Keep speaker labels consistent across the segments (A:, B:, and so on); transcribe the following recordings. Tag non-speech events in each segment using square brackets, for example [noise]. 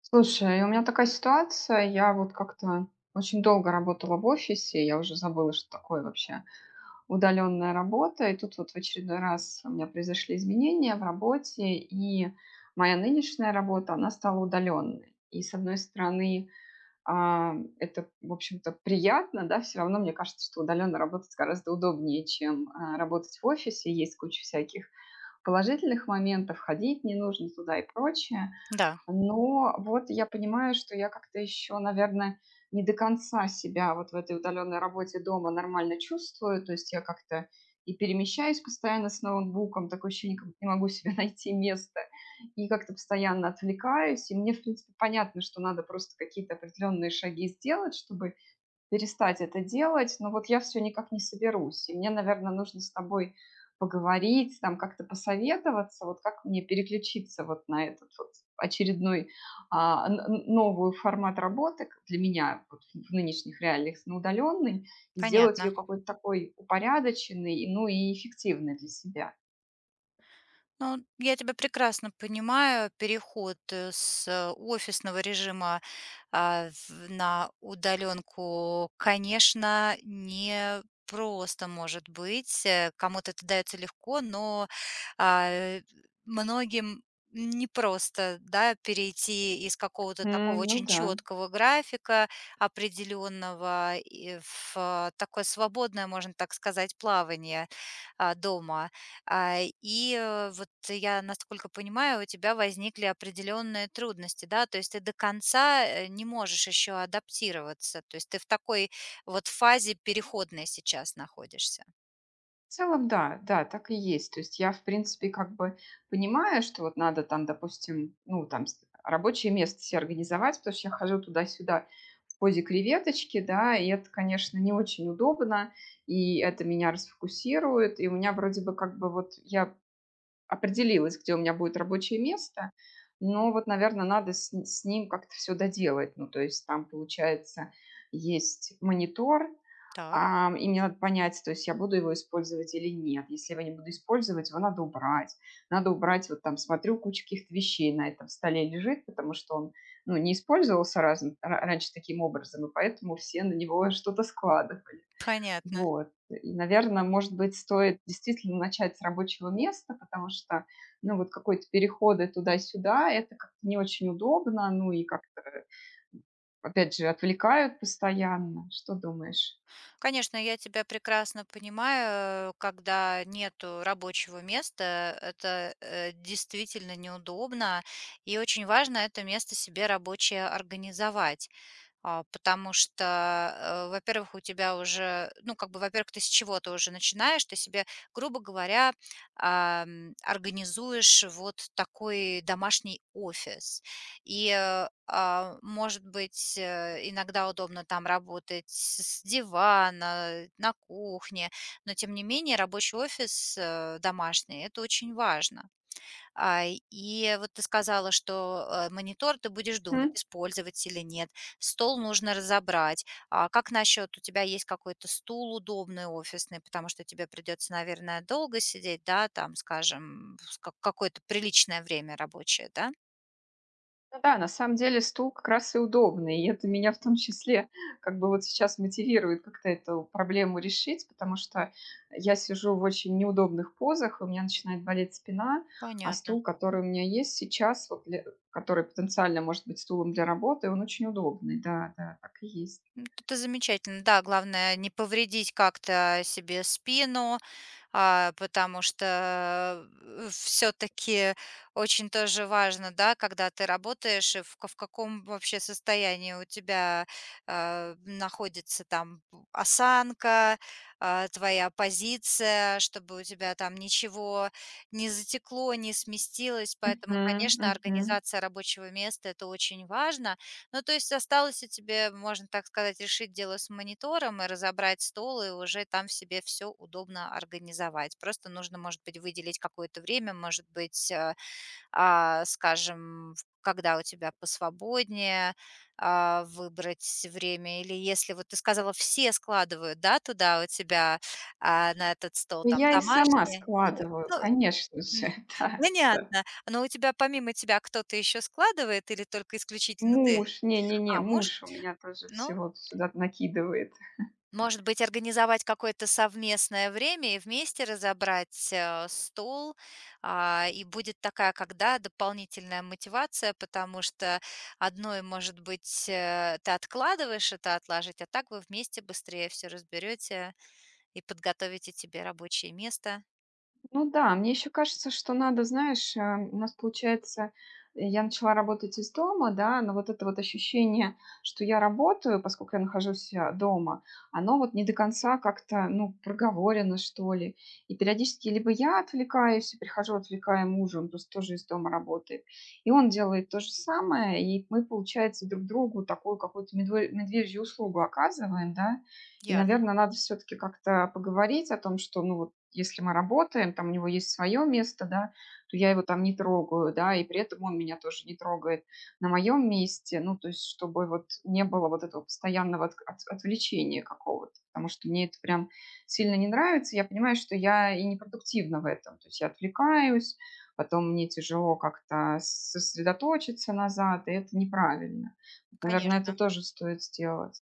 A: Слушай, у меня такая ситуация. Я вот как-то очень долго работала в офисе. Я уже забыла, что такое вообще удаленная работа. И тут вот в очередной раз у меня произошли изменения в работе. И моя нынешняя работа, она стала удаленной. И с одной стороны, это, в общем-то, приятно, да, все равно мне кажется, что удаленно работать гораздо удобнее, чем работать в офисе. Есть куча всяких положительных моментов, ходить не нужно туда и прочее.
B: Да,
A: Но вот я понимаю, что я как-то еще, наверное, не до конца себя вот в этой удаленной работе дома нормально чувствую. То есть я как-то и перемещаюсь постоянно с ноутбуком, такое ощущение, как будто не могу себе [laughs] найти место, и как-то постоянно отвлекаюсь. И мне, в принципе, понятно, что надо просто какие-то определенные шаги сделать, чтобы перестать это делать, но вот я все никак не соберусь. И мне, наверное, нужно с тобой поговорить, там как-то посоветоваться, вот как мне переключиться вот на этот вот очередной а, н- новый формат работы для меня вот в нынешних реалиях на удаленный и сделать
B: понятно.
A: ее какой-то такой упорядоченный, ну и эффективной для себя.
B: Ну, я тебя прекрасно понимаю. Переход с офисного режима, на удаленку, конечно, не просто может быть. Кому-то это дается легко, но а, э, многим непросто, да, перейти из какого-то такого
A: Ну
B: очень
A: да.
B: четкого графика определенного и в такое свободное, можно так сказать, плавание дома. Вот я, насколько понимаю, у тебя возникли определенные трудности, да, то есть ты до конца, не можешь еще адаптироваться, то есть ты в такой вот фазе переходной сейчас находишься.
A: В целом, да, да, так и есть. То есть я, в принципе, как бы понимаю, что вот надо там, допустим, ну, рабочее место себе организовать, потому что я хожу туда-сюда в позе креветочки, да, и это, конечно, не очень удобно, и это меня расфокусирует, и у меня вроде бы как бы вот я определилась, где у меня будет рабочее место, но вот, наверное, надо с ним как-то все доделать. Ну, то есть там, получается, есть монитор.
B: Так,
A: И мне надо понять, то есть я буду его использовать или нет. Если я его не буду использовать, его надо убрать. Надо убрать, вот там смотрю, куча каких-то вещей на этом столе лежит, потому что он, ну, не использовался раньше таким образом, и поэтому все на него [laughs] что-то складывали.
B: понятно.
A: Вот. И, наверное, может быть, стоит действительно начать с рабочего места, потому что, ну, вот какой-то переходы туда-сюда, это как-то не очень удобно, ну, и как-то, опять же, отвлекают постоянно. Что думаешь?
B: Конечно, я тебя прекрасно понимаю, когда нету рабочего места, это, действительно неудобно, и очень важно это место себе рабочее организовать. Потому что, во-первых, у тебя уже, ну, как бы, во-первых, ты с чего-то уже начинаешь, ты себе, грубо говоря, организуешь вот такой домашний офис. И может быть, иногда удобно там работать с дивана, на кухне, но тем не менее рабочий офис, домашний — это очень важно. И вот ты сказала, что, монитор ты будешь думать, использовать или нет, стол нужно разобрать. А как насчет, у тебя есть какой-то стул удобный офисный, потому что тебе придется, наверное, долго сидеть, да, там, скажем, с как какое-то приличное время рабочее, да?
A: Ну да, на самом деле стул как раз и удобный. И это меня в том числе как бы вот сейчас мотивирует как-то эту проблему решить, потому что я сижу в очень неудобных позах, у меня начинает болеть спина, а
B: Понятно.
A: стул, который у меня есть сейчас, который потенциально может быть стулом для работы, он очень удобный. Да, да, так и есть.
B: Ну, это замечательно. Да, главное не повредить как-то себе спину, потому что, все таки очень тоже важно, да, когда ты работаешь и в каком вообще состоянии у тебя, находится там осанка, твоя позиция, чтобы у тебя там ничего не затекло, не сместилось. Поэтому,
A: Мгм,
B: конечно,
A: мгм.
B: организация рабочего места — это очень важно. Ну, то есть осталось и тебе, можно так сказать, решить дело с монитором и разобрать стол, и уже там в себе все удобно организовать. Просто нужно, может быть, выделить какое-то время, может быть, скажем, когда у тебя посвободнее, выбрать время. Или если, вот ты сказала, все складывают, да, туда у тебя, на этот стол
A: Ну,
B: там
A: я и сама
B: домашние, ну,
A: складываю,
B: ну,
A: конечно
B: м,
A: же, [laughs] да, да.
B: понятно. Но у тебя помимо тебя кто-то еще складывает или только исключительно ты?
A: Муж, не-не-не,
B: Муж,
A: муж у меня тоже
B: ну,
A: всего сюда накидывает.
B: может быть, организовать какое-то совместное время и вместе разобрать, стол, и будет такая, когда дополнительная мотивация, потому что одной, может быть, ты откладываешь это отложить, а так вы вместе быстрее все разберете и подготовите тебе рабочее место.
A: Ну да, мне еще кажется, что надо, знаешь, у нас получается, я начала работать из дома, да, но вот это вот ощущение, что я работаю, поскольку я нахожусь дома, оно вот не до конца как-то, ну, проговорено, что ли. И периодически либо я отвлекаюсь, и прихожу, отвлекая мужа, он просто тоже из дома работает, и он делает то же самое, и мы, получается, друг другу такую какую-то медвежью услугу оказываем, да, и,
B: Ясно,
A: наверное, надо все-таки как-то поговорить о том, что, ну, вот, если мы работаем, там у него есть свое место, да, то я его там не трогаю, да, и при этом он меня тоже не трогает на моем месте, ну, то есть, чтобы вот не было вот этого постоянного отвлечения какого-то, потому что мне это прям сильно не нравится, я понимаю, что я и непродуктивна в этом, то есть я отвлекаюсь, потом мне тяжело как-то сосредоточиться назад, и это неправильно. Вот, наверное, это
B: конечно.
A: тоже стоит сделать.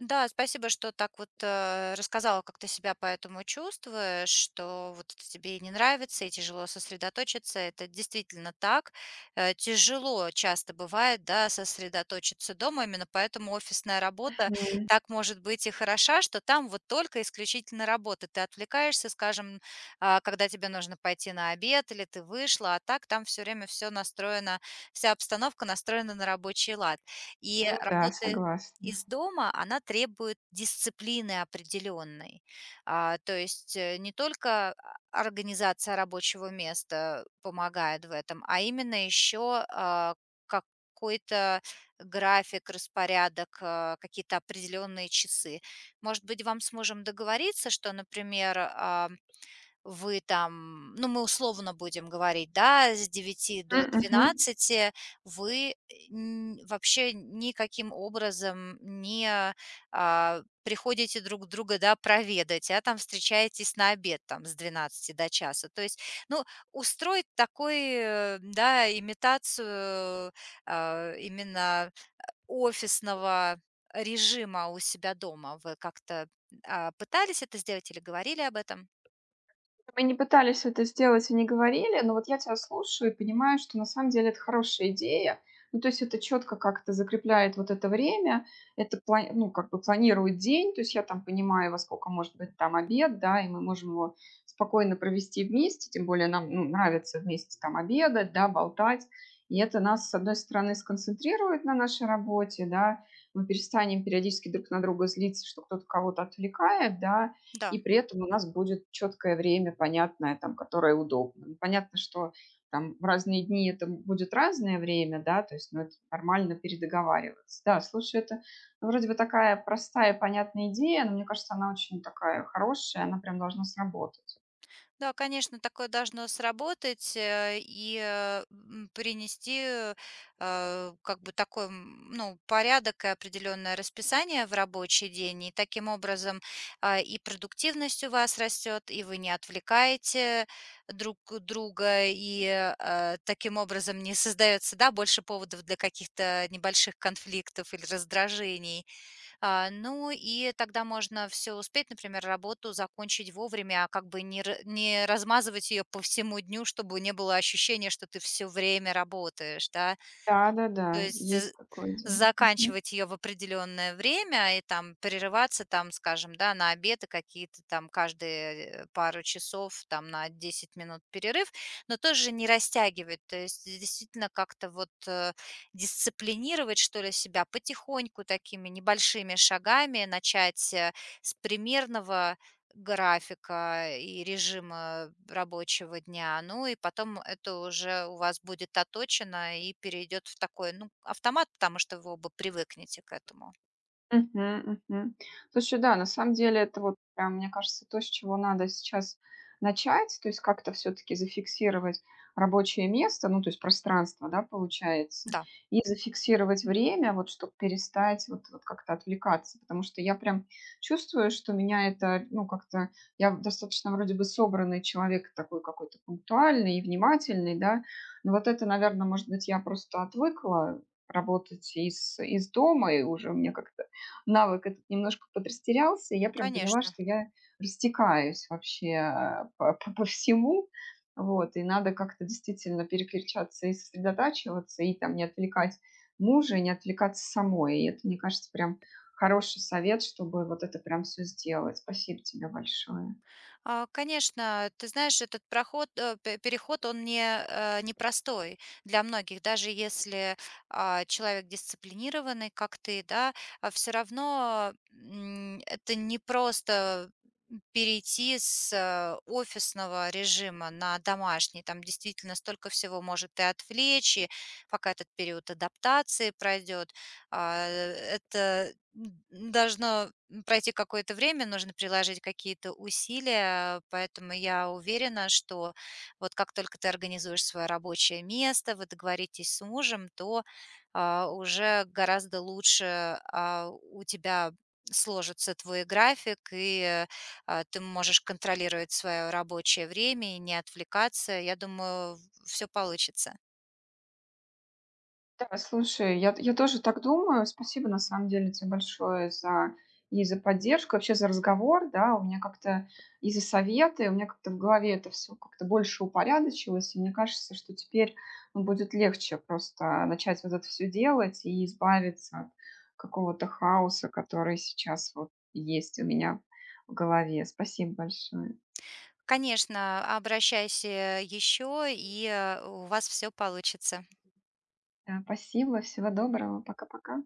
B: Да, спасибо, что так вот, рассказала, как ты себя по этому чувствуешь, что вот это тебе и не нравится, и тяжело сосредоточиться. Это действительно так. Тяжело часто бывает, да, сосредоточиться дома, именно поэтому офисная работа так может быть и хороша, что там вот только исключительно работа. Ты отвлекаешься, скажем, когда тебе нужно пойти на обед или ты вышла, а так там все время все настроено, вся обстановка настроена на рабочий лад. И
A: Ну да,
B: работы
A: согласна.
B: из дома, она требует дисциплины определенной. То есть, не только, организация рабочего места помогает в этом, а именно еще, какой-то график, распорядок, какие-то определенные часы. Может быть, вам сможем договориться, что, например, вы там, ну, мы условно будем говорить, да, с девяти до
A: М, мгм.
B: двенадцати вы, э, н вообще никаким образом не, приходите друг друга, да, проведать, а там встречаетесь на обед там с 12 до часа. То есть, ну, устроить такой, да, имитацию, именно офисного режима у себя дома. Вы как-то, пытались это сделать или говорили об этом?
A: Мы не пытались это сделать и не говорили, но вот я тебя слушаю и понимаю, что на самом деле это хорошая идея. Ну, то есть это четко как-то закрепляет вот это время, это, ну, как бы планирует день, то есть я там понимаю, во сколько может быть там обед, да, и мы можем его спокойно провести вместе, тем более нам, ну, нравится вместе там обедать, да, болтать. И это нас, с одной стороны, сконцентрирует на нашей работе, да, мы перестанем периодически друг на друга злиться, что кто-то кого-то отвлекает, да, и
B: Да.
A: при этом у нас будет четкое время, понятное, там, которое удобно. Ну, понятно, что там в разные дни это будет разное время, да, то есть, ну, это нормально передоговариваться. Да, слушай, это ну, вроде бы такая простая, понятная идея, но мне кажется, она очень такая хорошая, она прям должна сработать.
B: Да, конечно, такое должно сработать, и принести, как бы такой, ну, порядок и определенное расписание в рабочий день. И таким образом, и продуктивность у вас растет, и вы не отвлекаете друг друга, и таким образом не [laughs] создается, да, больше поводов для каких-то небольших конфликтов или раздражений. Ну и тогда можно все успеть, например, работу закончить вовремя, а как бы не размазывать ее по всему дню, чтобы не было ощущения, что ты все время работаешь, да. То
A: Да-да-да,
B: есть,
A: есть такое дело.
B: заканчивать ее в определенное время и там прерываться там, скажем, да, на обеды какие-то там каждые, пару часов, там на 10 минут перерыв, но тоже не растягивать. То есть действительно как-то вот, дисциплинировать, что ли, себя потихоньку такими небольшими шагами, начать, с примерного графика и режима рабочего дня. Ну и потом это уже у вас будет оточено и перейдет в такой, ну, автомат, потому что вы оба привыкнете к этому.
A: Мгм, мгм. Слушай, да, на самом деле это вот прям, мне кажется, то, с чего надо сейчас начать, то есть как-то все-таки зафиксировать рабочее место, ну, то есть пространство, да, получается,
B: Да,
A: и зафиксировать время, вот чтобы перестать вот, вот как-то отвлекаться, потому что я прям чувствую, что меня это, ну, как-то, я достаточно вроде бы собранный человек, такой какой-то пунктуальный и внимательный, да, но вот это, наверное, может быть, я просто отвыкла работать из дома, и уже мне как-то навык этот немножко подрастерялся, и я прям поняла,
B: конечно.
A: что я растекаюсь вообще по, по всему, вот, и надо как-то действительно переключаться и сосредотачиваться, и там не отвлекать мужа, и не отвлекаться самой, и это, мне кажется, прям хороший совет, чтобы вот это прям все сделать. Спасибо тебе большое.
B: Конечно, ты знаешь, этот проход, переход, он не, непростой для многих, даже если, человек дисциплинированный, как ты, да, все равно, это не просто перейти с, офисного режима на домашний. Там действительно столько всего может и отвлечь, и пока этот период адаптации пройдет, пройти какое-то время, нужно приложить какие-то усилия, поэтому я уверена, что вот как только ты организуешь свое рабочее место, вы договоритесь с мужем, то, уже гораздо лучше, у тебя сложится твой график, и, ты можешь контролировать свое рабочее время и не отвлекаться. Я думаю, все получится.
A: Да, слушай, я тоже так думаю. Спасибо, на самом деле, тебе большое за и за поддержку, вообще за разговор, да. У меня как-то и за советы, у меня как-то в голове это все как-то больше упорядочилось. И мне кажется, что теперь, ну, будет легче просто начать вот это все делать и избавиться от какого-то хаоса, который сейчас вот есть у меня в голове. Спасибо большое.
B: Конечно, обращайся еще, и, у вас все получится.
A: Да, спасибо, всего доброго. Пока-пока.